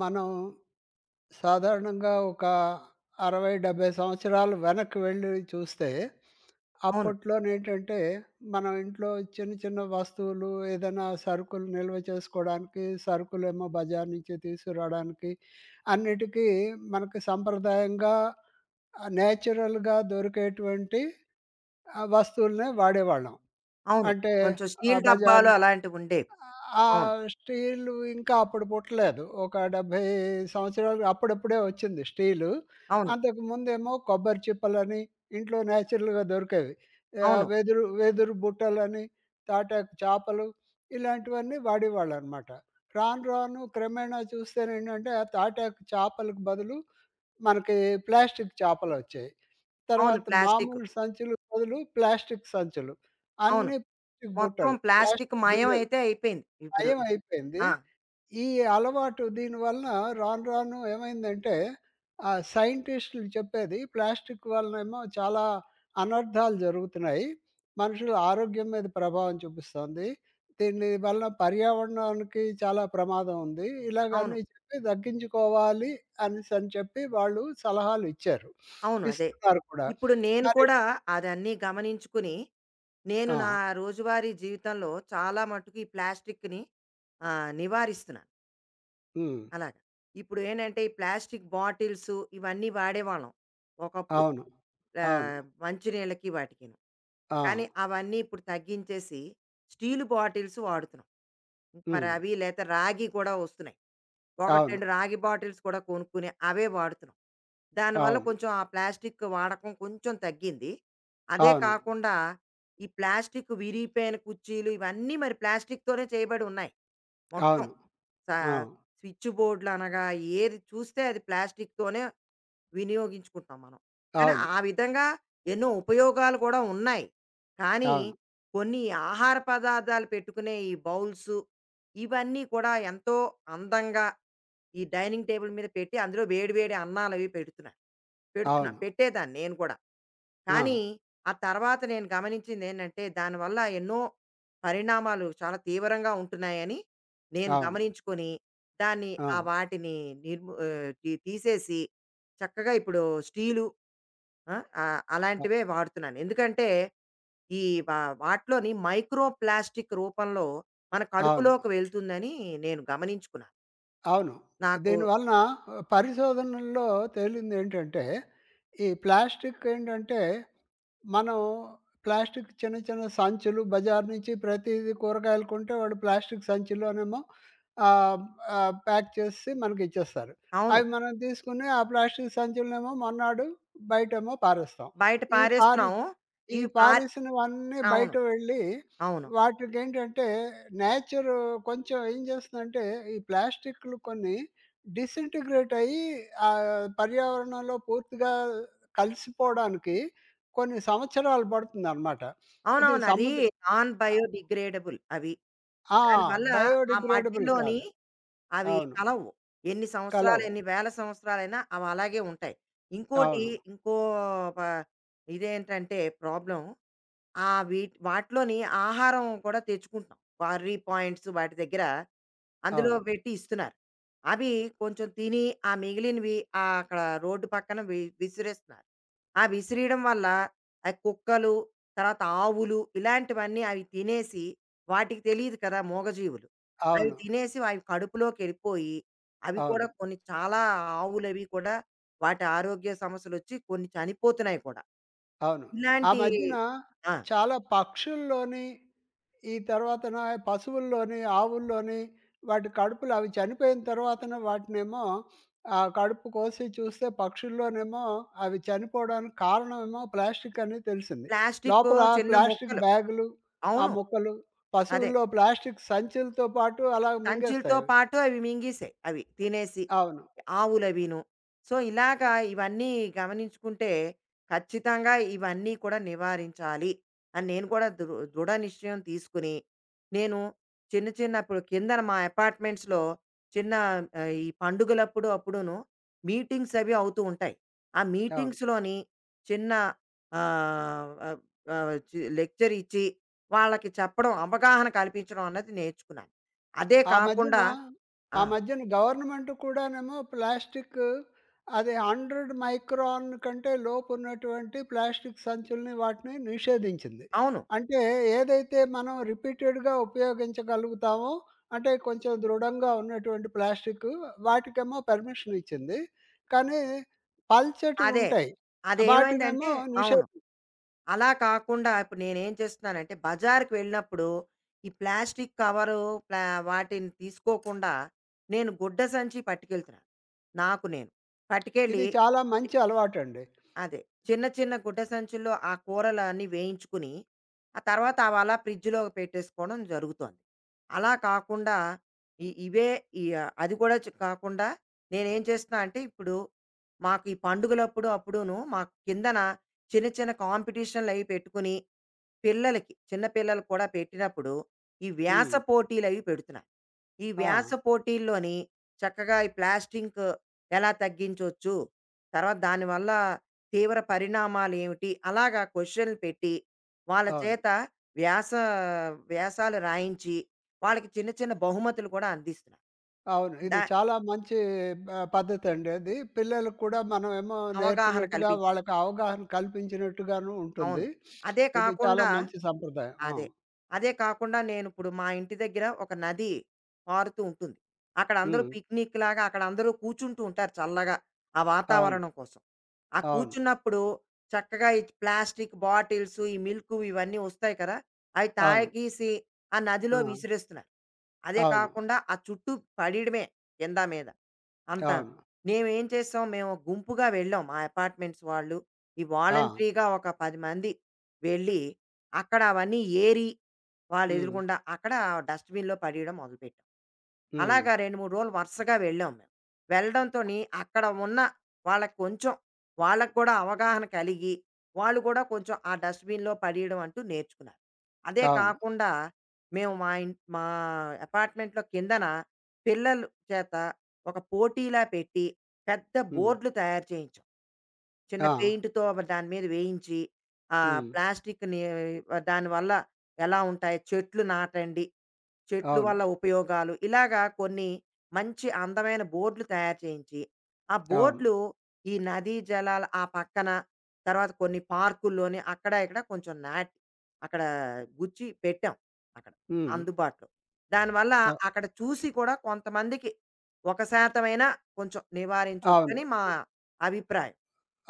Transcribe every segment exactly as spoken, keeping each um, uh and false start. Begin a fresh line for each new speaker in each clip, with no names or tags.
మనం సాధారణంగా ఒక అరవై, డెబ్బై సంవత్సరాలు వెనక్కి వెళ్ళి చూస్తే,
అవును.
అప్పట్లోనేంటంటే, మనం ఇంట్లో చిన్న, చిన్న వస్తువులు ఏదైనా సరుకులు నిల్వ చేసుకోవడానికి, సరుకులేమో బజార్ నుంచి తీసుకురావడానికి, అన్నిటికీ మనకి సంప్రదాయంగా ఆహ్, నేచురల్‌గా దొరికేటువంటి ఆహ్, వస్తువులనే వాడేవాళ్ళం.
అవును.
అంటే
కొంచెం స్టీల్
ఆహ్, బజార్
డబ్బాలు అలాంటివుండేవి.
ఆ
అవును.
స్టీలు ఇంకా అప్పుడు పుట్టలేదు. ఒక డెబ్బై సంవత్సరాలు అప్పుడప్పుడే వచ్చింది స్టీలు.
అవును.
అంతకుముందేమో కొబ్బరి చిప్పలని, ఇంట్లో నేచురల్‌గా దొరికేవి. ఆహ్,
అవును.
వెదురు వెదురు బుట్టలని, తాటాకు చేపలు ఇలాంటివన్నీ వాడేవాళ్ళనమాట. రాను రాను క్రమేణా చూస్తేనేంటంటే, ఆ తాటాకు చేపలకు బదులు మనకి ప్లాస్టిక్ చేపలొచ్చాయి.
అవును.
తర్వాత
ప్లాస్టిక్.
మామూలు సంచులు బదులు ప్లాస్టిక్ సంచులు.
అవును.
అన్నీ ప్లాస్టిక్
మొత్తం
బుట్టలు,
ప్లాస్టిక్
ప్లాస్టిక్
మయం
గిన్నెలు.
అయితే అయిపోయింది ఇప్పుడు.
నయమైపోయింది.
ఆ!
ఈ అలవాటు దీనివలన రాను రాను ఏమైందంటే, ఆ సైంటిస్టులు చెప్పేది ప్లాస్టిక్ వలనేమో చాలా అనర్థాలు జరుగుతున్నాయి. మనుషుల ఆరోగ్యం మీద ప్రభావం చూపిస్తోంది. దీని వలన పర్యావరణానికి చాలా ప్రమాదం ఉంది.
అవును.
ఇలాగన్నీ చెప్పి తగ్గించుకోవాలి అనేసని చెప్పి వాళ్ళు సలహాలు ఇచ్చారు.
అవును. అదే.
ఇస్తున్నారు కూడా.
ఇప్పుడు నేను
మరి
కూడా అదన్నీ గమనించుకుని, నేను నా
ఆ!
రోజువారీ జీవితంలో చాలా మట్టుకు ఈ ప్లాస్టిక్‌ని ఆహ్, నివారిస్తున్నాను.
హ్మ్.
అలాగా. ఇప్పుడు ఏంటంటే ఈ ప్లాస్టిక్ బాటిల్స్ ఇవన్నీ వాడేవాళ్ళం ఒకప్పుడు.
అవును. అవును.
ఆహ్, మంచినీళ్ళకి వాటికిను.
ఆ!
కానీ అవన్నీ ఇప్పుడు తగ్గించేసి స్టీల్ బాటిల్స్ వాడుతున్నాం. ఇంక మరి
హ్మ్.
అవి లేతే రాగి కూడా వస్తున్నాయి. ఒకటి,
అవును.
రెండు రాగి బాటిల్స్ కూడా కొనుక్కుని అవే వాడుతున్నాం. దానివల్ల
అవును.
కొంచెం ఆ ప్లాస్టిక్ వాడకం కొంచెం తగ్గింది. అదే
అవును.
కాకుండా ఈ ప్లాస్టిక్ విరిగిపోయిన కుర్చీలు ఇవన్నీ మరి ప్లాస్టిక్‌తోనే చేయబడి ఉన్నాయి. మొత్తం
అవును.
స స్విచ్ బోర్డ్‌లనగా ఏది చూస్తే అది ప్లాస్టిక్‌తోనే వినియోగించుకుంటాం మనం. కానీ
అవును.
ఆ విధంగా ఎన్నో ఉపయోగాలు కూడా ఉన్నాయి. కానీ
అవును.
కొన్ని ఆహార పదార్థాలు పెట్టుకునే ఈ బౌల్సు, ఇవన్నీ కూడా ఎంతో అందంగా ఈ డైనింగ్ టేబుల్ మీద పెట్టి అందులో వేడి వేడి అన్నాలవి పెడుతున్నాను. పెడుతున్నా
అవును. అవును.
పెట్టేదాన్ని నేను కూడా.
ఆ!
కానీ, ఆ తర్వాత నేను గమనించిందేంటంటే, దానివల్ల ఎన్నో పరిణామాలు చాలా తీవ్రంగా ఉంటున్నాయని నేను
అవును.
గమనించుకొని, దాన్ని
ఆ!
ఆ వాటిని నిర్ము ఆహ్, తీ తీసేసి చక్కగా ఇప్పుడు స్టీలు ఆ! ఆహ్, అలాంటివే వాడుతున్నాను. ఎందుకంటే, ఈ వా వాటిలోని మైక్రో ప్లాస్టిక్ రూపంలో మన
అ అవును.
కడుపులోకి వెళ్తుందని నేను గమనించుకున్నాను.
అవును.
నాకు
దీనివలన ఆహ్, పరిశోధనల్లో తేలిందేంటంటే, ఈ ప్లాస్టిక్ ఏంటంటే, మనం ప్లాస్టిక్ చిన్న చిన్న సంచులు బజార్ నుంచి ప్రతీదీ కూరగాయలు కొంటే వాడు ప్లాస్టిక్ సంచిలోనేమో ఆహ్, ఆహ్, ప్యాక్ చేసి మనకిచ్చేస్తారు.
అవును.
అవి మనం తీసుకుని ఆ ప్లాస్టిక్ సంచులనేమో మొన్నాడు బయటేమో పారేస్తాం.
బయట
ఈ పారి
పారేస్తున్నాము.
ఈ
ఇవి పార్
పారేసినవన్నీ
అవును.
బయట వెళ్ళి
అవును.
వాటికేంటంటే నేచర్ కొంచెం ఏం చేస్తుందంటే ఈ ప్లాస్టిక్‌లు కొన్ని డిసింటిగ్రేట్ అయ్యి ఆహ్, పర్యావరణంలో పూర్తిగా కలిసిపోవడానికి కొన్ని సంవత్సరాలు పడుతుందనమాట. ఇది
అవునవును. అది
సముద్ర
నాన్
ఆహ్,
బయోడిగ్రేడబుల్ అవి.
ఆ!
దానివల్ల ఆ
బయోడిగ్రేడబుల్
మట్టిలోని
కాదు.
అవి
అవును.
కలవు. ఎన్ని సంవత్సరాలు,
కలవు.
ఎన్ని వేల సంవత్సరాలైనా అవి అలాగే ఉంటాయి. ఇంకోటి
అవును.
ఇంకో ప ఇదేంటంటే ప్రాబ్లమ్ ఆ వీట్ వాటిలోని ఆహారం కూడా తెచ్చుకుంటున్నాం. క్వార్రీ పాయింట్స్ వాటి దగ్గర అందులో
అవును.
పెట్టి ఇస్తున్నారు. అవి కొంచెం తిని ఆ మిగిలినవి ఆహ్, అక్కడ రోడ్డు పక్కన వి విసిరేస్తున్నారు. ఆ విసిరియడం వల్ల ఆ కుక్కలు, తర్వాత ఆవులు ఇలాంటివన్నీ అవి తినేసి వాటికి తెలీదు కదా మూగజీవులు. అవి
అవును.
తినేసి అవి కడుపులోకెళ్ళిపోయి, అవి కూడా
అవును.
కొన్ని చాలా ఆవులవి కూడా వాటి ఆరోగ్య సమస్యలొచ్చి కొన్ని చనిపోతున్నాయి కూడా.
అవును. ఆ
ఇలాంటి
మధ్యన
ఆ!
చాలా పక్షుల్లోని ఈ తర్వాతన పశువుల్లోని, ఆవుల్లోని వాటి కడుపులు అవి చనిపోయిన తర్వాతన వాటినేమో ఆ కడుపు కోసి చూస్తే పక్షుల్లోనేమో అవి చనిపోవడానికి కారణమేమో ప్లాస్టిక్ అని తెలిసింది.
ప్లాస్టిక్కు
లోపల
చిన్న
ప్లాస్టిక్
ముక్కలు
బ్యాగులు, ఆ
అవును.
మొక్కలు,
అదే.
పశువుల్లో ప్లాస్టిక్ సంచులతో పాటు అలా
సంచులతో
మింగేస్తాయవి.
పాటు అవి మింగేసాయి అవి తినేసి.
అవును.
ఆవులవీను. సో, ఇలాగా ఇవన్నీ గమనించుకుంటే ఖచ్చితంగా ఇవన్నీ కూడా నివారించాలి అని నేను కూడా దృ దృఢ నిశ్చయం తీసుకుని, నేను చిన్న చిన్న ఇప్పుడు కిందన మా అపార్ట్మెంట్స్‌లో చిన్న ఆహ్, ఈ పండుగలప్పుడు అప్పుడును మీటింగ్స్ అవి అవుతూ ఉంటాయి. ఆ
అవును.
మీటింగ్స్‌లోని చిన్న ఆహ్, ఆహ్, ఆహ్, చి లెక్చర్ ఇచ్చి వాళ్ళకి చెప్పడం, అవగాహన కల్పించడం అన్నది నేర్చుకున్నాను. అదే
ఆ మధ్యన
కాకుండా ఆ!
ఆ మధ్యన గవర్నమెంట్ కూడానేమో ప్లాస్టిక్ అది వంద మైక్రాన్ కంటే లోపు ఉన్నటువంటి ప్లాస్టిక్ సంచుల్ని, వాటిని నిషేధించింది.
అవును.
అంటే ఏదైతే మనం రిపీటెడ్‌గా ఉపయోగించగలుగుతామో, అంటే కొంచెం దృఢంగా ఉన్నటువంటి ప్లాస్టిక్ వాటికేమో పర్మిషన్ ఇచ్చింది. కానీ పల్చటివి
అదే.
ఉంటాయి.
అదేమైందంటే
వాటినేమో
అవును.
నిషేధి
అలా కాకుండా ఇప్పుడు నేనేం చేస్తున్నానంటే బజారుకి వెళ్ళినప్పుడు ఈ ప్లాస్టిక్ కవరు ప్లా వాటిని తీసుకోకుండా నేను గుడ్డ సంచి పట్టుకెళ్తున్నాను. నాకు నేను.
ఇది
పట్టుకెళ్ళి
చాలా మంచి అలవాటండి.
అదే. చిన్న చిన్న గుడ్డ సంచుల్లో ఆ కూరలన్నీ వేయించుకుని, ఆ తర్వాత అవి అలా ఫ్రిడ్జ్‌లో పెట్టేసుకోవడం జరుగుతోంది. అలా కాకుండా ఇ ఇవే ఈ ఆ, అది కూడా చ్ కాకుండా నేనేం చేస్తున్నా అంటే ఇప్పుడు మాకు ఈ పండుగలప్పుడు అప్పుడూను మాకు కిందన చిన్న చిన్న కాంపిటీషన్‌లవి పెట్టుకుని పిల్లలకి, చిన్న పిల్లలకి కూడా పెట్టినప్పుడు, ఈ వ్యాస
హ్మ్.
పోటీలవి పెడుతున్నారు. ఈ
ఆ!
వ్యాస పోటీల్లోని చక్కగా ఈ ప్లాస్టింకు ఎలా తగ్గించొచ్చు? తర్వాత దానివల్ల తీవ్ర పరిణామాలేమిటి? అలాగా క్వెషన్‌లు పెట్టి, వాళ్ళ
అవును.
చేత వ్యాస వ్యాసాలు రాయించి, వాళ్ళకి చిన్న చిన్న బహుమతులు కూడా అందిస్తున్నారు.
అవును. ఇది
దా
చాలా మంచి ఆహ్, పద్ధతండి అది. పిల్లలకు కూడా మనమేమో
అవగాహన
నేర్పినట్టుగా,
కల్పించడం.
వాళ్ళకి అవగాహన కల్పించినట్టుగాను
అవును.
ఉంటుంది.
అదే
ఇది చాలా
కాకుండా
మంచి సంప్రదాయం. ఆ!
అదే. అదే కాకుండా నేనిప్పుడు మా ఇంటి దగ్గర ఒక నది పారుతూ ఉంటుంది. అక్కడ అందరూ
హ్మ్.
పిక్నిక్ లాగా అక్కడ అందరూ కూర్చుంటూ ఉంటారు చల్లగా ఆ
అవును.
వాతావరణం కోసం. ఆ
అవును.
కూర్చున్నప్పుడు చక్కగా ఈ ప్లాస్టిక్ బాటిల్స్, ఈ మిల్కు ఇవన్నీ వస్తాయి కదా! అవి
అవును.
తాగేసి ఆ నదిలో
ఆ!
విసిరేస్తున్నారు. అదే
అవును.
కాకుండా ఆ చుట్టూ పడియడమే కింద మీద అంతాను.
అవును.
మేమేం చేసాం, మేము గుంపుగా వెళ్ళాం మా అపార్ట్‌మెంట్స్ వాళ్ళు. ఈ
ఆ!
వాలంటరీగా ఒక పది మంది వెళ్ళి, అక్కడ అవన్నీ ఏరి,
హ్మ్.
వాళ్ళెదురుగుండా అక్కడ డస్ట్‌బిన్‌లో పడేయడం మొదలుపెట్టాం.
హ్మ్.
అలాగా రెండు, మూడు రోజులు వరుసగా వెళ్ళాం మేము. వెళ్ళడంతోని అక్కడ ఉన్న వాళ్ళకి కొంచెం వాళ్ళకి కూడా అవగాహన కలిగి, వాళ్ళు కూడా కొంచెం ఆ డస్ట్‌బిన్‌లో పడేయడం అంటూ నేర్చుకున్నారు. అదే
అవును.
కాకుండా మేము మా ఇన్ మా అపార్ట్మెంట్‌లో కిందన పిల్లలు చేత ఒక పోటీలా పెట్టి, పెద్ద
హ్మ్.
బోర్డులు తయారు చేయించాం. చిన్న
ఆ!
పెయింట్‌తో దాని మీద వేయించి, ఆహ్,
హ్మ్.
ప్లాస్టిక్‌ని దానివల్ల ఎలా ఉంటాయి చెట్లు నాటండి చెట్లు
అవును.
వల్ల ఉపయోగాలు ఇలాగా కొన్ని మంచి అందమైన బోర్డులు తయారు చేయించి ఆ
అవును.
బోర్డులు ఈ నదీ జలాల ఆ పక్కన తర్వాత కొన్ని పార్కుల్లోని అక్కడ ఇక్కడ కొంచెం నాటి అక్కడ గుచ్చి పెట్టాం అక్కడ
హ్మ్.
అందుబాటులో దానివల్ల
అ
అక్కడ చూసి కూడా కొంతమందికి ఒక శాతమైనా కొంచెం
అవును.
నివారించవచ్చని మా అభిప్రాయం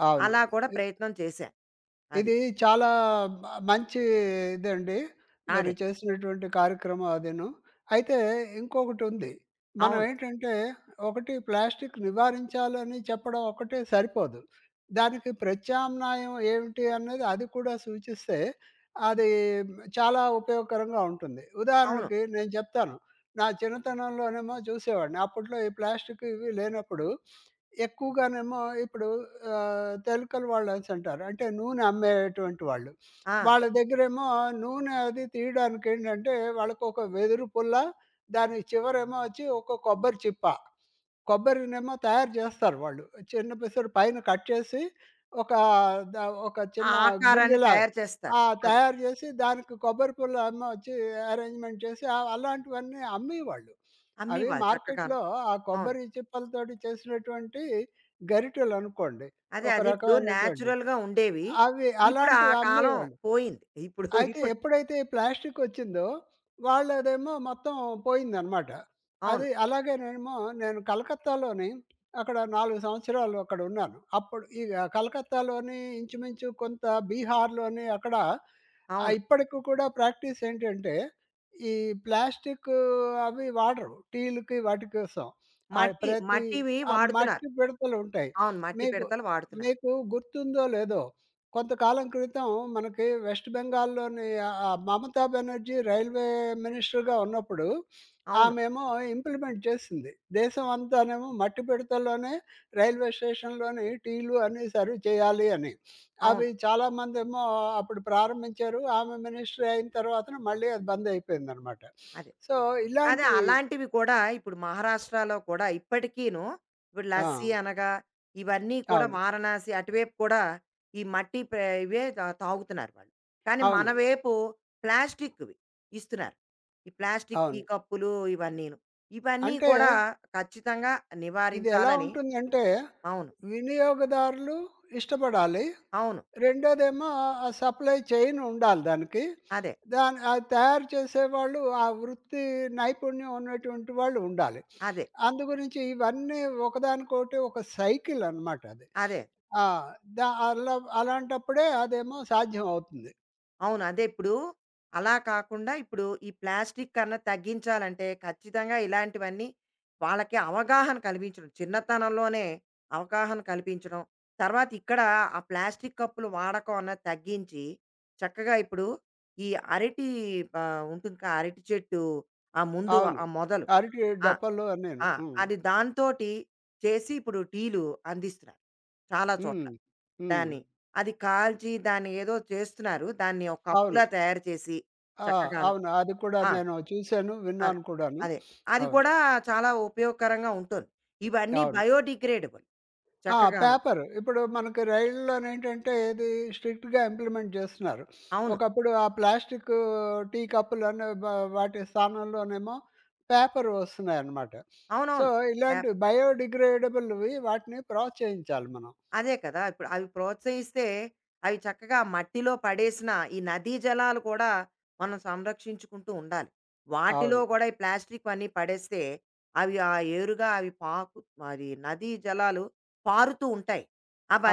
అవును.
అలా కూడా
ఇ
ప్రయత్నం చేశాను అది
ఇది చాలా మ మంచి ఇదండి. మీరు
అదే
చేసినటువంటి కార్యక్రమం అదీను. అయితే ఇంకొకటుంది. మనం
అవును
ఏంటంటే ఒకటి ప్లాస్టిక్ నివారించాలని చెప్పడం ఒకటే సరిపోదు. దానికి ప్రత్యామ్నాయం ఏమిటి అన్నది అది కూడా సూచిస్తే అది చాలా ఉపయోగకరంగా ఉంటుంది.
అవును
ఉదాహరణకి నేను చెప్తాను. నా చిన్నతనంలోనేమో చూసేవాడిని. అప్పట్లో ఈ ప్లాస్టిక్ ఇవి లేనప్పుడు ఎక్కువగానేమో ఇప్పుడు ఆహ్, కెమికల్ వాళ్ళంటారు. అంటే నూనె అమ్మేటువంటి వాళ్ళు.
ఆ
వాళ్ళ దగ్గరేమో నూనె అది తీయడానికేంటంటే వాళ్ళకొక వెదురు పుల్ల, దానికి చివరేమో వచ్చి ఒక కొబ్బరి చిప్ప. కొబ్బరినేమో తయారు చేస్తారు వాళ్ళు. చిన్న పిసరు పైన కట్ చేసి ఒక ద ఒక
ఆ
చిన్న
ఆకారాన్ని
గిన్నెలా
తయారు చేస్తారు
ఆ!
అది
తయారు చేసి దానికి కొబ్బరి పుల్ల ఏమో వచ్చి అరేంజ్‌మెంట్ చేసి ఆహ్, అలాంటివన్నీ అమ్మేవాళ్ళు.
అమ్మి
అవి
వాళ్ళు చక్కగా
మార్కెట్‌లో ఆ
అవును.
కొబ్బరి చిప్పలతోటి చేసినటువంటి గరిటెలనుకోండి.
అదే.
ఒక
అదే. ఇప్పుడు
రకమైనటువంటిది.
నేచురల్‌గా ఉండేవి.
అవి
ఇప్పుడు ఆ
అలాంటివి
కాలం
అమ్మేవాళ్ళు.
పోయింది. ఇప్పుడు
అయితే
ఇప్పుడు
ఎప్పుడైతే ప్లాస్టిక్ వచ్చిందో వాళ్ళదేమో మొత్తం పోయిందనమాట.
అవును.
అది అలాగేనేమో నేను కలకత్తాలోని అక్కడ నాలుగు సంవత్సరాలు అక్కడ ఉన్నాను. అప్పుడు ఇగ కలకత్తాలోని ఇంచుమించు కొంత బీహార్‌లోని అక్కడ ఆహ్,
అవును.
ఇప్పటికి కూడా ప్రాక్టీస్ ఏంటంటే ఈ ప్లాస్టిక్ అవి వాడరు. టీలకి వాటి కోసం. ఆహ్,
మట్టి
ప్రతి
మట్టివి
ఆ
వాడుతున్నారు.
మట్టి పిడతలుంటాయి.
అవును. మట్టి
మీకు
పిడతలు వాడుతున్నారు.
మీకు గుర్తుందో లేదో కొంతకాలం క్రితం మనకి వెస్ట్ బెంగాల్‌లోని ఆహ్, మమతా బెనర్జీ రైల్వే మినిస్టర్‌గా ఉన్నప్పుడు,
అవును.
ఆమేమో ఇంప్లిమెంట్ చేసింది. దేశం అంతానేమో మట్టి పిడతల్లోనే రైల్వే స్టేషన్‌లోని టీలు అన్నీ సర్వ్ చేయాలి అని.
అవును.
అవి చాలామందేమో అప్పుడు ప్రారంభించారు. ఆమె మినిస్టర్ అయిన తర్వాతన మళ్ళీ అది బంద్ అయిపోయిందనమాట.
అదే.
సో,
అదే
ఇలాంటివి
అలాంటివి కూడా ఇప్పుడు మహారాష్ట్రలో కూడా ఇప్పటికీను ఇప్పుడు
ఆ!
లస్సీ అనగా ఇవన్నీ కూడా
అవును.
వారణాసి అటువైపు కూడా ఈ మట్టి ప్ర- ఇవే తా- తాగుతున్నారు వాళ్ళు కానీ మన
అవును.
వైపు ప్లాస్టిక్వి ఇస్తున్నారు ఈ ప్లాస్టిక్ టీ
అవును.
కప్పులు ఇవన్నీను ఇవన్నీ
అంటే
కూడా ఖచ్చితంగా
ఇది ఎలా
నివారించాలని
ఉంటుందంటే,
అవును
వినియోగదారులు ఇష్టపడాలి.
అవును
రెండోదేమో ఆ సప్లై చైన్ ఉండాలి దానికి.
అదే
దాన్ని అది తయారు చేసేవాళ్ళు ఆ వృత్తి నైపుణ్యం ఉన్నటువంటి వాళ్ళు ఉండాలి.
అదే
అందు గురించి ఇవన్నీ ఒకదానికొకటి ఒక సైకిల్ అనమాట అది.
అదే
ఆ! ద అలా అలాంటప్పుడే అదేమో సాధ్యం అవుతుంది.
అవును. అదే ఇప్పుడు అలా కాకుండా ఇప్పుడు ఈ ప్లాస్టిక్ అన్నది తగ్గించాలంటే ఖచ్చితంగా ఇలాంటివన్నీ వాళ్ళకి అవగాహన కల్పించడం. చిన్నతనంలోనే అవగాహన కల్పించడం. తర్వాత ఇక్కడ ఆ ప్లాస్టిక్ కప్పులు వాడకం అన్నది తగ్గించి చక్కగా ఇప్పుడు ఈ అరటి ఆహ్, ఉంటుంది కదా! అరటి చెట్టు ఆ ముందు
అవును.
ఆ మొదలు.
అరటి
ఆ!
డొప్పలు అన్నీను.
ఆ!
హ్మ్.
అది దాంతోటి చేసి ఇప్పుడు టీలు అందిస్తున్నారు. చాలా చోట్ల.
హ్మ్. హ్మ్.
దాన్ని అది కాల్చి దాన్ని ఏదో చేస్తున్నారు. దాన్ని ఒక
అవును.
కప్పులా తయారు చేసి
ఆ!
చక్కగాను.
అవును. అది కూడా
ఆ!
నేను చూసాను,
అదే.
విన్నాను కూడాను.
అదే. అది
అవును.
కూడా చాలా ఉపయోగకరంగా ఉంటుంది. ఇవన్నీ
అవును.
బయోడిగ్రేడబుల్
ఆ!
చక్కగాను.
పేపరు. ఇప్పుడు మనకి రైళ్ళలోనేంటంటే ఏది స్ట్రిక్ట్‌గా ఇంప్లిమెంట్ చేస్తున్నారు.
అవును.
ఒకప్పుడు ఆ ప్లాస్టికు టీ కప్పులనే బ వాటి స్థానంలోనేమో పేపర్ వస్తున్నాయన్నమాట. సో,
అవునవును.
ఇలాంటి
పేపర్
బయోడిగ్రేడబుల్‌వి వాటిని ప్రోత్సహించాలి మనం.
అదే కదా! ఇప్పుడు అవి ప్రోత్సహిస్తే, అవి చక్కగా మట్టిలో పడేసిన ఈ నదీ జలాలు కూడా మనం సంరక్షించుకుంటూ ఉండాలి. వాటిలో
అవును.
గూడా ఈ ప్లాస్టిక్‌వన్నీ పడేస్తే, అవి ఆ ఏరుగా అవి పాకు అది నదీ జలాలు పారుతూ ఉంటాయి.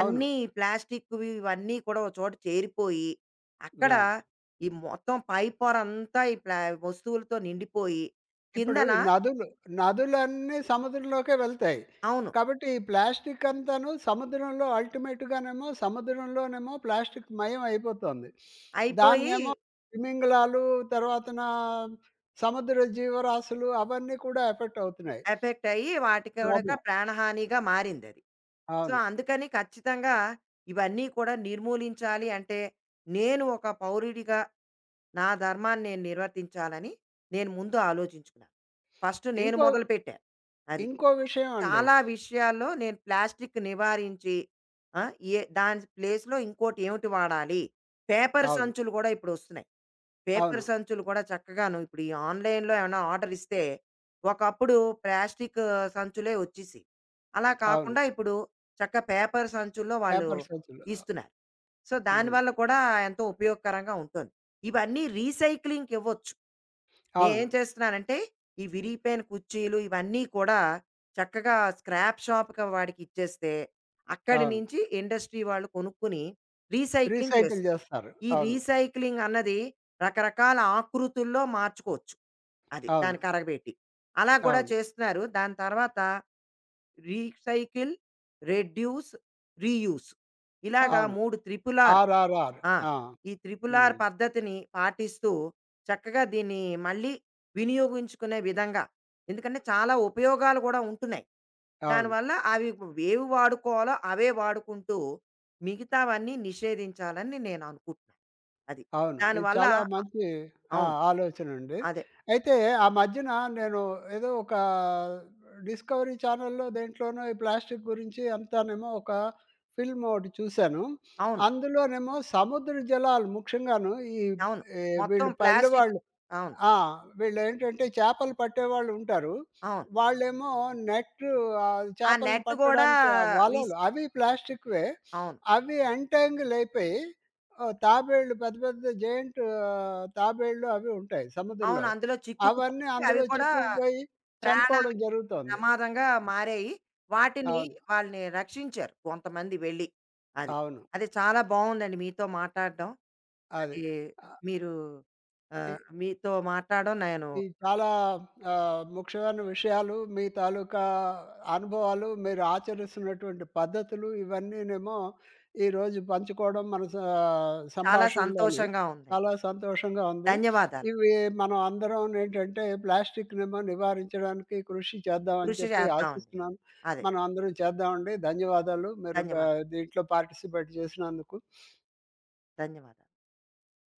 అవును.
ప్లాస్టిక్‌వి ఇవన్నీ కూడా ఒక చోట చేరిపోయి, అక్కడ
అవును.
ఈ మొత్తం పై పొరంతా ఈ ప్లా వస్తువులతో నిండిపోయి,
ఇప్పుడు
కిందన
ఈ నదులు నదులన్నీ సముద్రంలోకే వెళ్తాయి.
అవును.
కాబట్టి ఈ ప్లాస్టిక్ అంతాను సముద్రంలో అల్టిమేట్‌గానేమో సముద్రంలోనేమో ప్లాస్టిక్ మయం అయిపోతుంది.
అయిపోయి
దాన్నేమో తిమింగలాలు, తర్వాతన సముద్ర జీవరాశులు అవన్నీ కూడా ఎఫెక్ట్ అవుతున్నాయి.
ఎఫెక్ట్ అయ్యి వాటికి కూడా
ప్రాబ్లమ్.
ప్రాణహానిగా మారిందది. సో,
అవును.
అందుకని ఖచ్చితంగా ఇవన్నీ కూడా నిర్మూలించాలి అంటే, నేను ఒక పౌరుడిగా నా ధర్మాన్ని నేను నిర్వర్తించాలని నేను ముందు ఆలోచించుకున్నాను. ఫస్ట్ నేను
ఇంకో
మొదలుపెట్టా. అది.
ఇంకో విషయం అండి.
చాలా విషయాల్లో నేను ప్లాస్టిక్ నివారించి ఆ! ఏ దాని ప్లేస్‌లో ఇంకోటి ఏమిటి వాడాలి? పేపర్
అవును.
సంచులు కూడా ఇప్పుడొస్తున్నాయి. పేపర్
అవును.
సంచులు కూడా చక్కగాను ఇప్పుడు ఈ ఆన్‌లైన్‌లో ఏమైనా ఆర్డర్ ఇస్తే, ఒకప్పుడు ప్లాస్టిక్ సంచులే వచ్చేసేవి. అలా
అవును.
కాకుండా ఇప్పుడు చక్క పేపర్ సంచుల్లో వాళ్ళు
పేపర్ సంచులు. ఆహ్,
ఇస్తున్నారు. సో,
హ్మ్.
దానివల్ల కూడా ఎంతో ఉపయోగకరంగా ఉంటుంది. ఇవన్నీ రీసైక్లింగ్‌కివ్వచ్చు.
అవును.
నేనేం చేస్తున్నానంటే, ఈ విరిగిపోయిన కుర్చీలు ఇవన్నీ కూడా చక్కగా స్క్రాప్ షాప్‌కి వాడికి ఇచ్చేస్తే, అక్కడి
అవును.
నుంచి ఇండస్ట్రీ వాళ్ళు కొనుక్కొని రీసైక్లింగ్
రీసైకిల్
చేస్తున్నారు.
చేస్తారు.
ఈ
అవును.
రీసైక్లింగ్ అన్నది రకరకాల ఆకృతుల్లో మార్చుకోవచ్చు. అది
అవును.
దానికి అరగబెట్టి. అలా కూడా
అవును.
చేస్తున్నారు. దాని తర్వాత రీసైకిల్, రెడ్యూస్, రీయూస్ ఇలాగా
అవును.
మూడు త్రిపుల్ ఆర్
ఆర్ఆర్ఆర్.
ఆ!
ఆ!
ఈ త్రిపుల్ ఆర్
హ్మ్.
పద్ధతిని పాటిస్తూ చక్కగా దీన్ని మళ్ళీ వినియోగించుకునే విధంగా ఎందుకంటే చాలా ఉపయోగాలు కూడా ఉంటున్నాయి.
అవును.
దానివల్ల అవి ఏవి వాడుకోవాలో అవే వాడుకుంటూ మిగతావన్నీ నిషేధించాలని నేను అనుకుంటున్నాను. అది.
అవును. ఇది
దానివల్ల
చాలా
అ
మంచి ఆ!
అవును.
ఆలోచనండి.
అదే.
అయితే ఆ మధ్యన నేను ఏదో ఒక డిస్కవరీ ఛానెల్‌లో దేంట్లోనో ఈ ప్లాస్టిక్ గురించి అంతానేమో ఒక ఫిల్మ్ ఒకటి చూశాను.
అవును.
అందులోనేమో సముద్ర జలాలు ముఖ్యంగాను ఈ
అవును.
ఈ
మొత్తం
వీళ్ళు
ప్లాస్టిక్
పల్లెవాళ్ళు
అవును.
ఆ! వీళ్ళేంటంటే చేపలు పట్టేవాళ్ళు ఉంటారు.
అవును.
వాళ్ళేమో నెట్టు ఆహ్,
ఆ
చేపలను
నెట్ గూడా
పట్టడానికి ఆ
విస్
వలలు అవి ప్లాస్టిక్‌వే.
అవును.
అవి ఎంటాంగిల్ అయిపోయి ఆహ్, తాబేళ్లు పెద్ద పెద్ద జెయింట్ తాబేళ్లు అవి ఉంటాయి
అవును.
సముద్రంలోవి.
అందులో
అవన్నీ
చిక్కుకుపోయి అవి
అందులో
కూడా
చిక్కుకుపోయి చనిపోవడం
ప్రాణానికి
జరుగుతోంది.
ప్రమాదంగా మారాయి. వాటిని
అవును.
వాళ్ళని రక్షించారు కొంతమంది వెళ్ళి. అది.
అవును.
అది చాలా బావుందండి మీతో మాట్లాడడం.
అది.
అది
ఆహ్,
మీరు
ఇ
ఆహ్, మీతో మాట్లాడడం నేను
ఇది చాలా ఆహ్, ముఖ్యమైన విషయాలు మీ తాలూకా అనుభవాలు, మీరు ఆచరిస్తున్నటువంటి పద్ధతులు ఇవన్నీనేమో ఈరోజు పంచుకోవడం మన సా
చాలా
సంభాషణలోనే
సంతోషంగా ఉందండి.
చాలా సంతోషంగా ఉంది.
ధన్యవాదాలు.
ఇవి మనం అందరం ఏంటంటే ప్లాస్టిక్‌నేమో నివారించడానికి కృషి చేద్దామని
కృషి
చెప్పి
చేద్దామండి.
ఆశిస్తున్నాను.
అదే.
మనం అందరం చేద్దామండి. ధన్యవాదాలు. మీరు ఆహ్,
ధన్యవాదాలు.
దీంట్లో పార్టిసిపేట్ చేసినందుకు.
ధన్యవాదాలు.